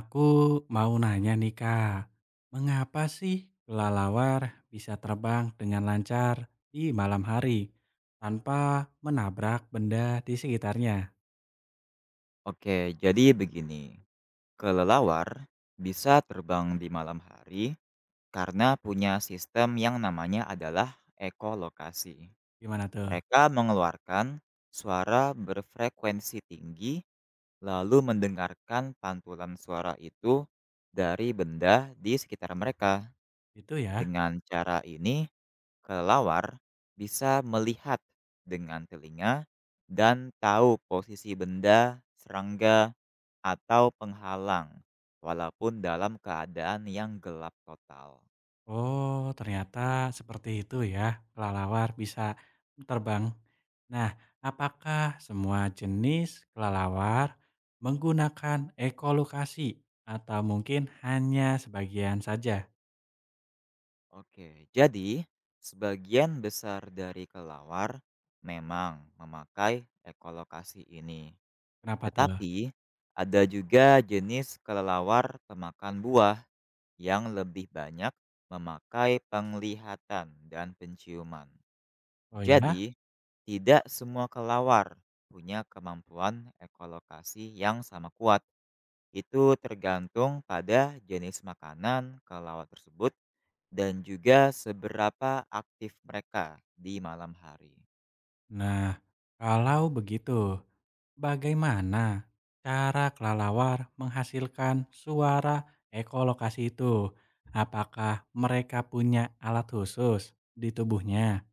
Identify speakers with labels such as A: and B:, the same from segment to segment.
A: Aku mau nanya nih Kak, mengapa sih kelelawar bisa terbang dengan lancar di malam hari tanpa menabrak benda di sekitarnya?
B: Oke, jadi begini. Kelelawar bisa terbang di malam hari karena punya sistem yang namanya adalah ekolokasi.
A: Gimana tuh?
B: Mereka mengeluarkan suara berfrekuensi tinggi lalu mendengarkan pantulan suara itu dari benda di sekitar mereka.
A: Itu ya?
B: Dengan cara ini, kelelawar bisa melihat dengan telinga dan tahu posisi benda, serangga, atau penghalang, walaupun dalam keadaan yang gelap total.
A: Oh, ternyata seperti itu ya, kelelawar bisa terbang. Nah, apakah semua jenis kelelawar menggunakan ekolokasi atau mungkin hanya sebagian saja?
B: Oke. Jadi, sebagian besar dari kelelawar memang memakai ekolokasi ini.
A: Kenapa tuh?
B: Tetapi, ada juga jenis kelelawar pemakan buah yang lebih banyak memakai penglihatan dan penciuman.
A: Oh ya?
B: Jadi, tidak semua kelelawar punya kemampuan ekolokasi yang sama kuat. Itu tergantung pada jenis makanan ke tersebut dan juga seberapa aktif mereka di malam hari.
A: Nah, kalau begitu, bagaimana cara kelelawar menghasilkan suara ekolokasi itu? Apakah mereka punya alat khusus di tubuhnya?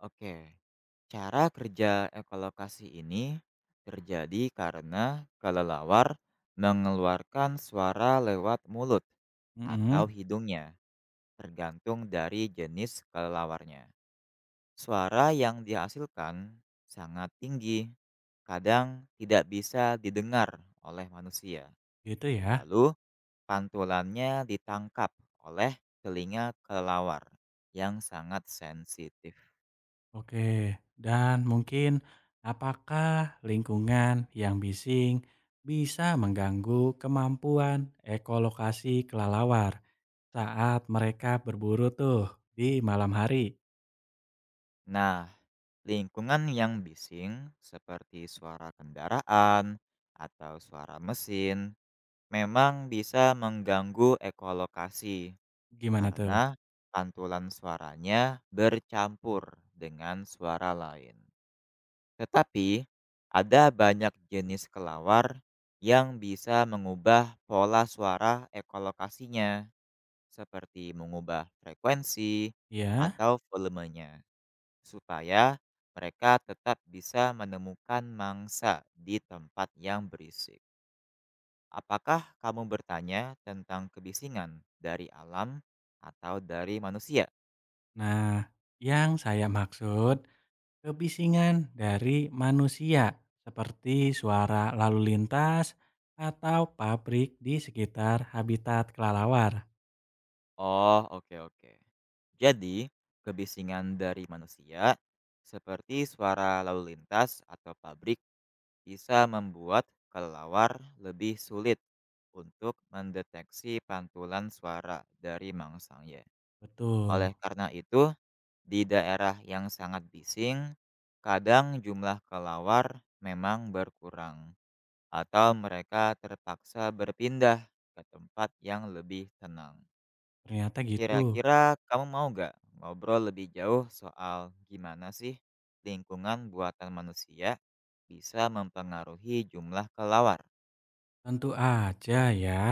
B: Oke, cara kerja ekolokasi ini terjadi karena kelelawar mengeluarkan suara lewat mulut
A: Mm-mm,
B: atau hidungnya, tergantung dari jenis kelelawarnya. Suara yang dihasilkan sangat tinggi, kadang tidak bisa didengar oleh manusia.
A: gitu ya.
B: Lalu pantulannya ditangkap oleh telinga kelelawar yang sangat sensitif.
A: Oke, dan mungkin apakah lingkungan yang bising bisa mengganggu kemampuan ekolokasi kelelawar saat mereka berburu tuh di malam hari?
B: Nah, lingkungan yang bising seperti suara kendaraan atau suara mesin memang bisa mengganggu ekolokasi
A: Gimana tuh?
B: karena pantulan suaranya bercampur dengan suara lain. Tetapi, ada banyak jenis kelawar yang bisa mengubah pola suara ekolokasinya, seperti mengubah frekuensi
A: Ya.
B: atau volumenya, supaya mereka tetap bisa menemukan mangsa di tempat yang berisik. Apakah kamu bertanya tentang kebisingan dari alam atau dari manusia?
A: Nah, yang saya maksud kebisingan dari manusia seperti suara lalu lintas atau pabrik di sekitar habitat kelelawar.
B: Oh, oke, oke. Jadi, kebisingan dari manusia seperti suara lalu lintas atau pabrik bisa membuat kelelawar lebih sulit untuk mendeteksi pantulan suara dari mangsanya.
A: Betul,
B: Oleh karena itu, di daerah yang sangat bising, kadang jumlah kelelawar memang berkurang atau mereka terpaksa berpindah ke tempat yang lebih tenang.
A: ternyata gitu.
B: Kira-kira kamu mau nggak ngobrol lebih jauh soal gimana sih lingkungan buatan manusia bisa mempengaruhi jumlah kelawar?
A: Tentu aja ya.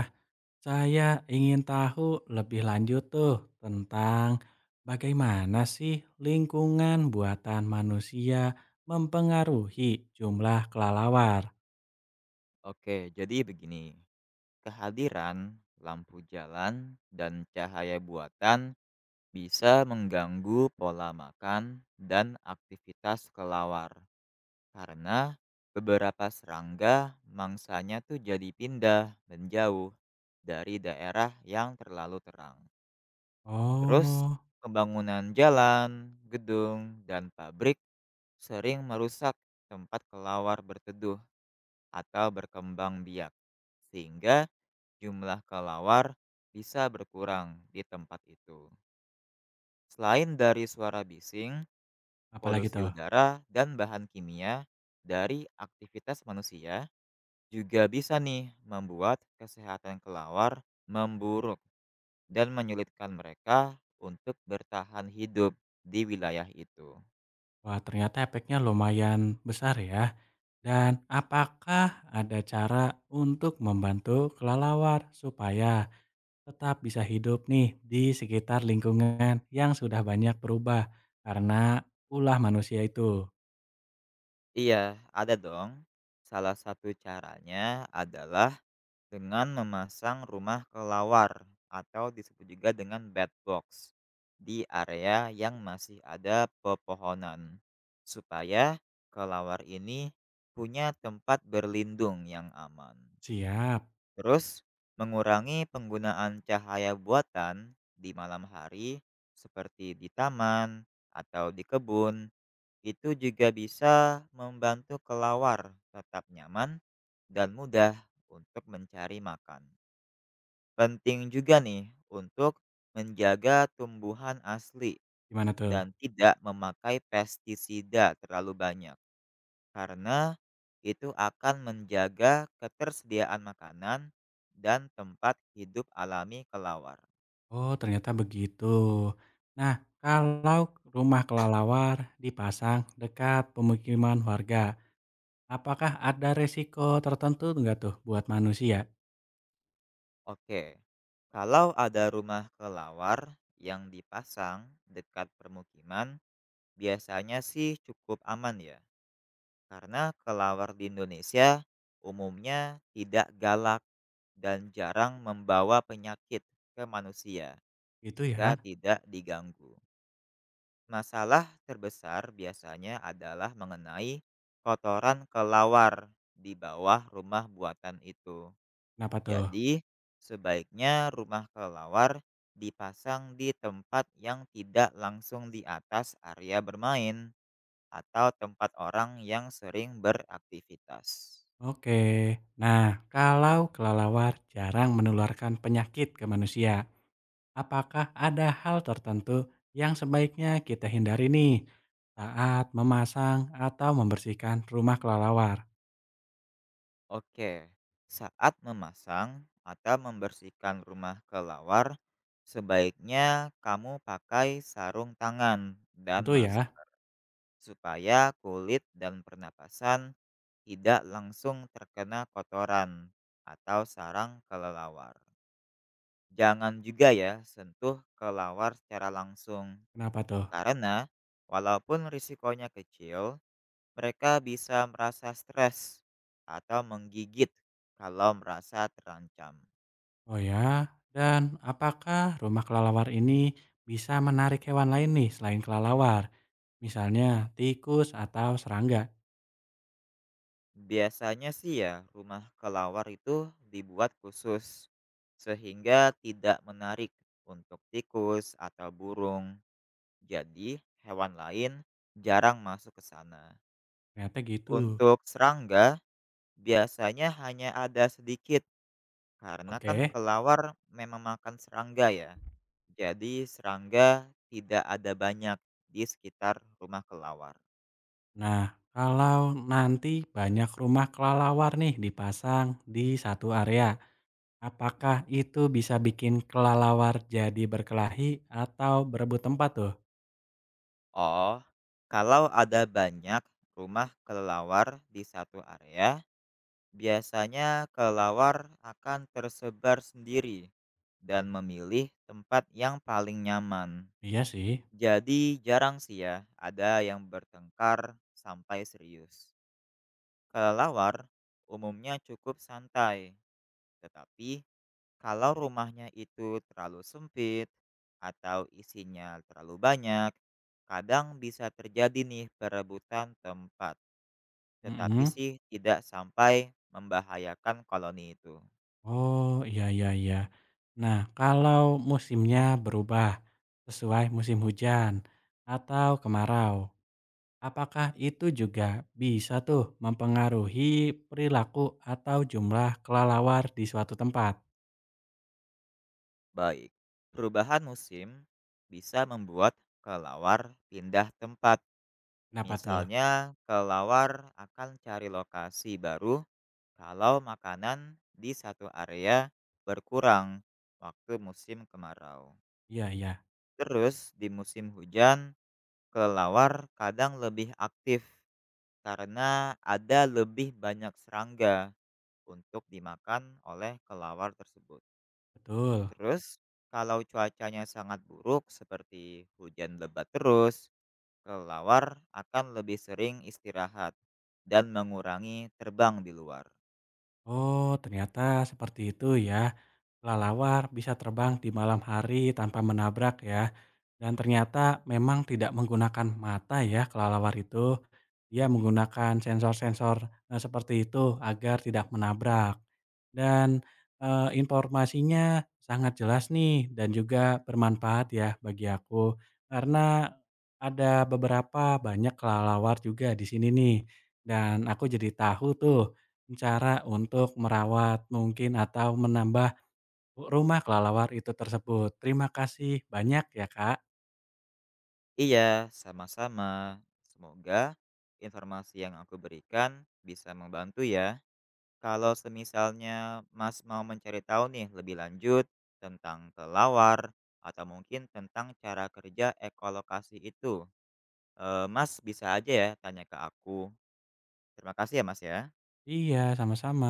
A: Saya ingin tahu lebih lanjut tuh tentang bagaimana sih lingkungan buatan manusia mempengaruhi jumlah kelelawar.
B: Oke, jadi begini. Kehadiran lampu jalan dan cahaya buatan bisa mengganggu pola makan dan aktivitas kelawar karena beberapa serangga mangsanya tuh jadi pindah menjauh dari daerah yang terlalu terang. Terus,
A: Oh,
B: pembangunan jalan, gedung, dan pabrik sering merusak tempat kelawar berteduh atau berkembang biak, sehingga jumlah kelawar bisa berkurang di tempat itu. Selain dari suara bising,
A: apalagi
B: polusi
A: tuh?
B: udara, dan bahan kimia dari aktivitas manusia juga bisa nih membuat kesehatan kelawar memburuk. Dan menyulitkan mereka untuk bertahan hidup di wilayah itu.
A: Wah, ternyata efeknya lumayan besar ya. Dan apakah ada cara untuk membantu kelelawar supaya tetap bisa hidup nih di sekitar lingkungan yang sudah banyak berubah karena ulah manusia itu?
B: Iya, ada dong. Salah satu caranya adalah dengan memasang rumah kelawar atau disebut juga dengan bed box di area yang masih ada pepohonan supaya kelawar ini punya tempat berlindung yang aman.
A: Siap.
B: Terus, mengurangi penggunaan cahaya buatan di malam hari, seperti di taman atau di kebun, itu juga bisa membantu kelawar tetap nyaman dan mudah untuk mencari makan. Penting juga nih untuk menjaga tumbuhan asli
A: Gimana tuh?
B: dan tidak memakai pestisida terlalu banyak karena itu akan menjaga ketersediaan makanan dan tempat hidup alami kelawar.
A: Oh, ternyata begitu. Nah, kalau rumah kelelawar dipasang dekat pemukiman warga, apakah ada resiko tertentu enggak tuh buat manusia?
B: Oke, kalau ada rumah kelawar yang dipasang dekat permukiman, biasanya sih cukup aman ya, karena kelawar di Indonesia umumnya tidak galak dan jarang membawa penyakit ke manusia
A: Itu ya.
B: jika tidak diganggu. Masalah terbesar biasanya adalah mengenai kotoran kelawar di bawah rumah buatan itu.
A: Kenapa tuh?
B: Jadi, sebaiknya rumah kelawar dipasang di tempat yang tidak langsung di atas area bermain atau tempat orang yang sering beraktivitas.
A: Oke. Nah, kalau kelelawar jarang menularkan penyakit ke manusia, apakah ada hal tertentu yang sebaiknya kita hindari nih saat memasang atau membersihkan rumah kelelawar?
B: Oke, saat memasang atau membersihkan rumah kelawar, sebaiknya kamu pakai sarung tangan dan
A: Tentu ya.
B: masker supaya kulit dan pernapasan tidak langsung terkena kotoran atau sarang kelelawar. Jangan juga ya sentuh kelelawar secara langsung,
A: Kenapa tuh?
B: karena walaupun risikonya kecil, mereka bisa merasa stres atau menggigit kalau merasa terancam.
A: Oh ya, dan apakah rumah kelelawar ini bisa menarik hewan lain nih selain kelelawar? Misalnya tikus atau serangga.
B: Biasanya sih ya, rumah kelelawar itu dibuat khusus sehingga tidak menarik untuk tikus atau burung. Jadi, hewan lain jarang masuk ke sana.
A: Ternyata gitu.
B: Untuk serangga, biasanya hanya ada sedikit karena kan
A: Oke.
B: kelawar memang makan serangga ya. Jadi, serangga tidak ada banyak di sekitar rumah kelawar.
A: Nah, kalau nanti banyak rumah kelelawar nih dipasang di satu area, apakah itu bisa bikin kelelawar jadi berkelahi atau berebut tempat tuh?
B: Oh, kalau ada banyak rumah kelelawar di satu area, biasanya kelelawar akan tersebar sendiri dan memilih tempat yang paling nyaman.
A: Iya sih.
B: Jadi jarang sih ya ada yang bertengkar sampai serius. Kelelawar umumnya cukup santai, tetapi kalau rumahnya itu terlalu sempit atau isinya terlalu banyak, kadang bisa terjadi nih perebutan tempat. Tetapi
A: Mhm.
B: sih tidak sampai membahayakan koloni itu.
A: Oh, iya, iya, iya. Nah, kalau musimnya berubah sesuai musim hujan atau kemarau, apakah itu juga bisa tuh mempengaruhi perilaku atau jumlah kelelawar di suatu tempat?
B: Baik, perubahan musim bisa membuat kelelawar pindah tempat.
A: Kenapa tuh?
B: Misalnya, kelelawar akan cari lokasi baru kalau makanan di satu area berkurang waktu musim kemarau.
A: Iya, iya.
B: Terus, di musim hujan, kelelawar kadang lebih aktif karena ada lebih banyak serangga untuk dimakan oleh kelelawar tersebut.
A: Betul.
B: Terus, kalau cuacanya sangat buruk seperti hujan lebat terus, Kelelawar akan lebih sering istirahat dan mengurangi terbang di luar.
A: Oh, ternyata seperti itu ya. Kelelawar bisa terbang di malam hari tanpa menabrak ya. Dan ternyata memang tidak menggunakan mata ya kelelawar itu. Dia menggunakan sensor-sensor seperti itu agar tidak menabrak. Dan informasinya sangat jelas nih dan juga bermanfaat ya bagi aku. Karena ada beberapa banyak kelelawar juga di sini nih. Dan aku jadi tahu tuh cara untuk merawat mungkin atau menambah rumah kelelawar itu tersebut. Terima kasih banyak ya Kak.
B: Iya, sama-sama. Semoga informasi yang aku berikan bisa membantu ya. Kalau semisalnya Mas mau mencari tahu nih lebih lanjut tentang kelelawar atau mungkin tentang cara kerja ekolokasi itu, Mas bisa aja ya tanya ke aku. Terima kasih ya Mas ya.
A: Iya, sama-sama.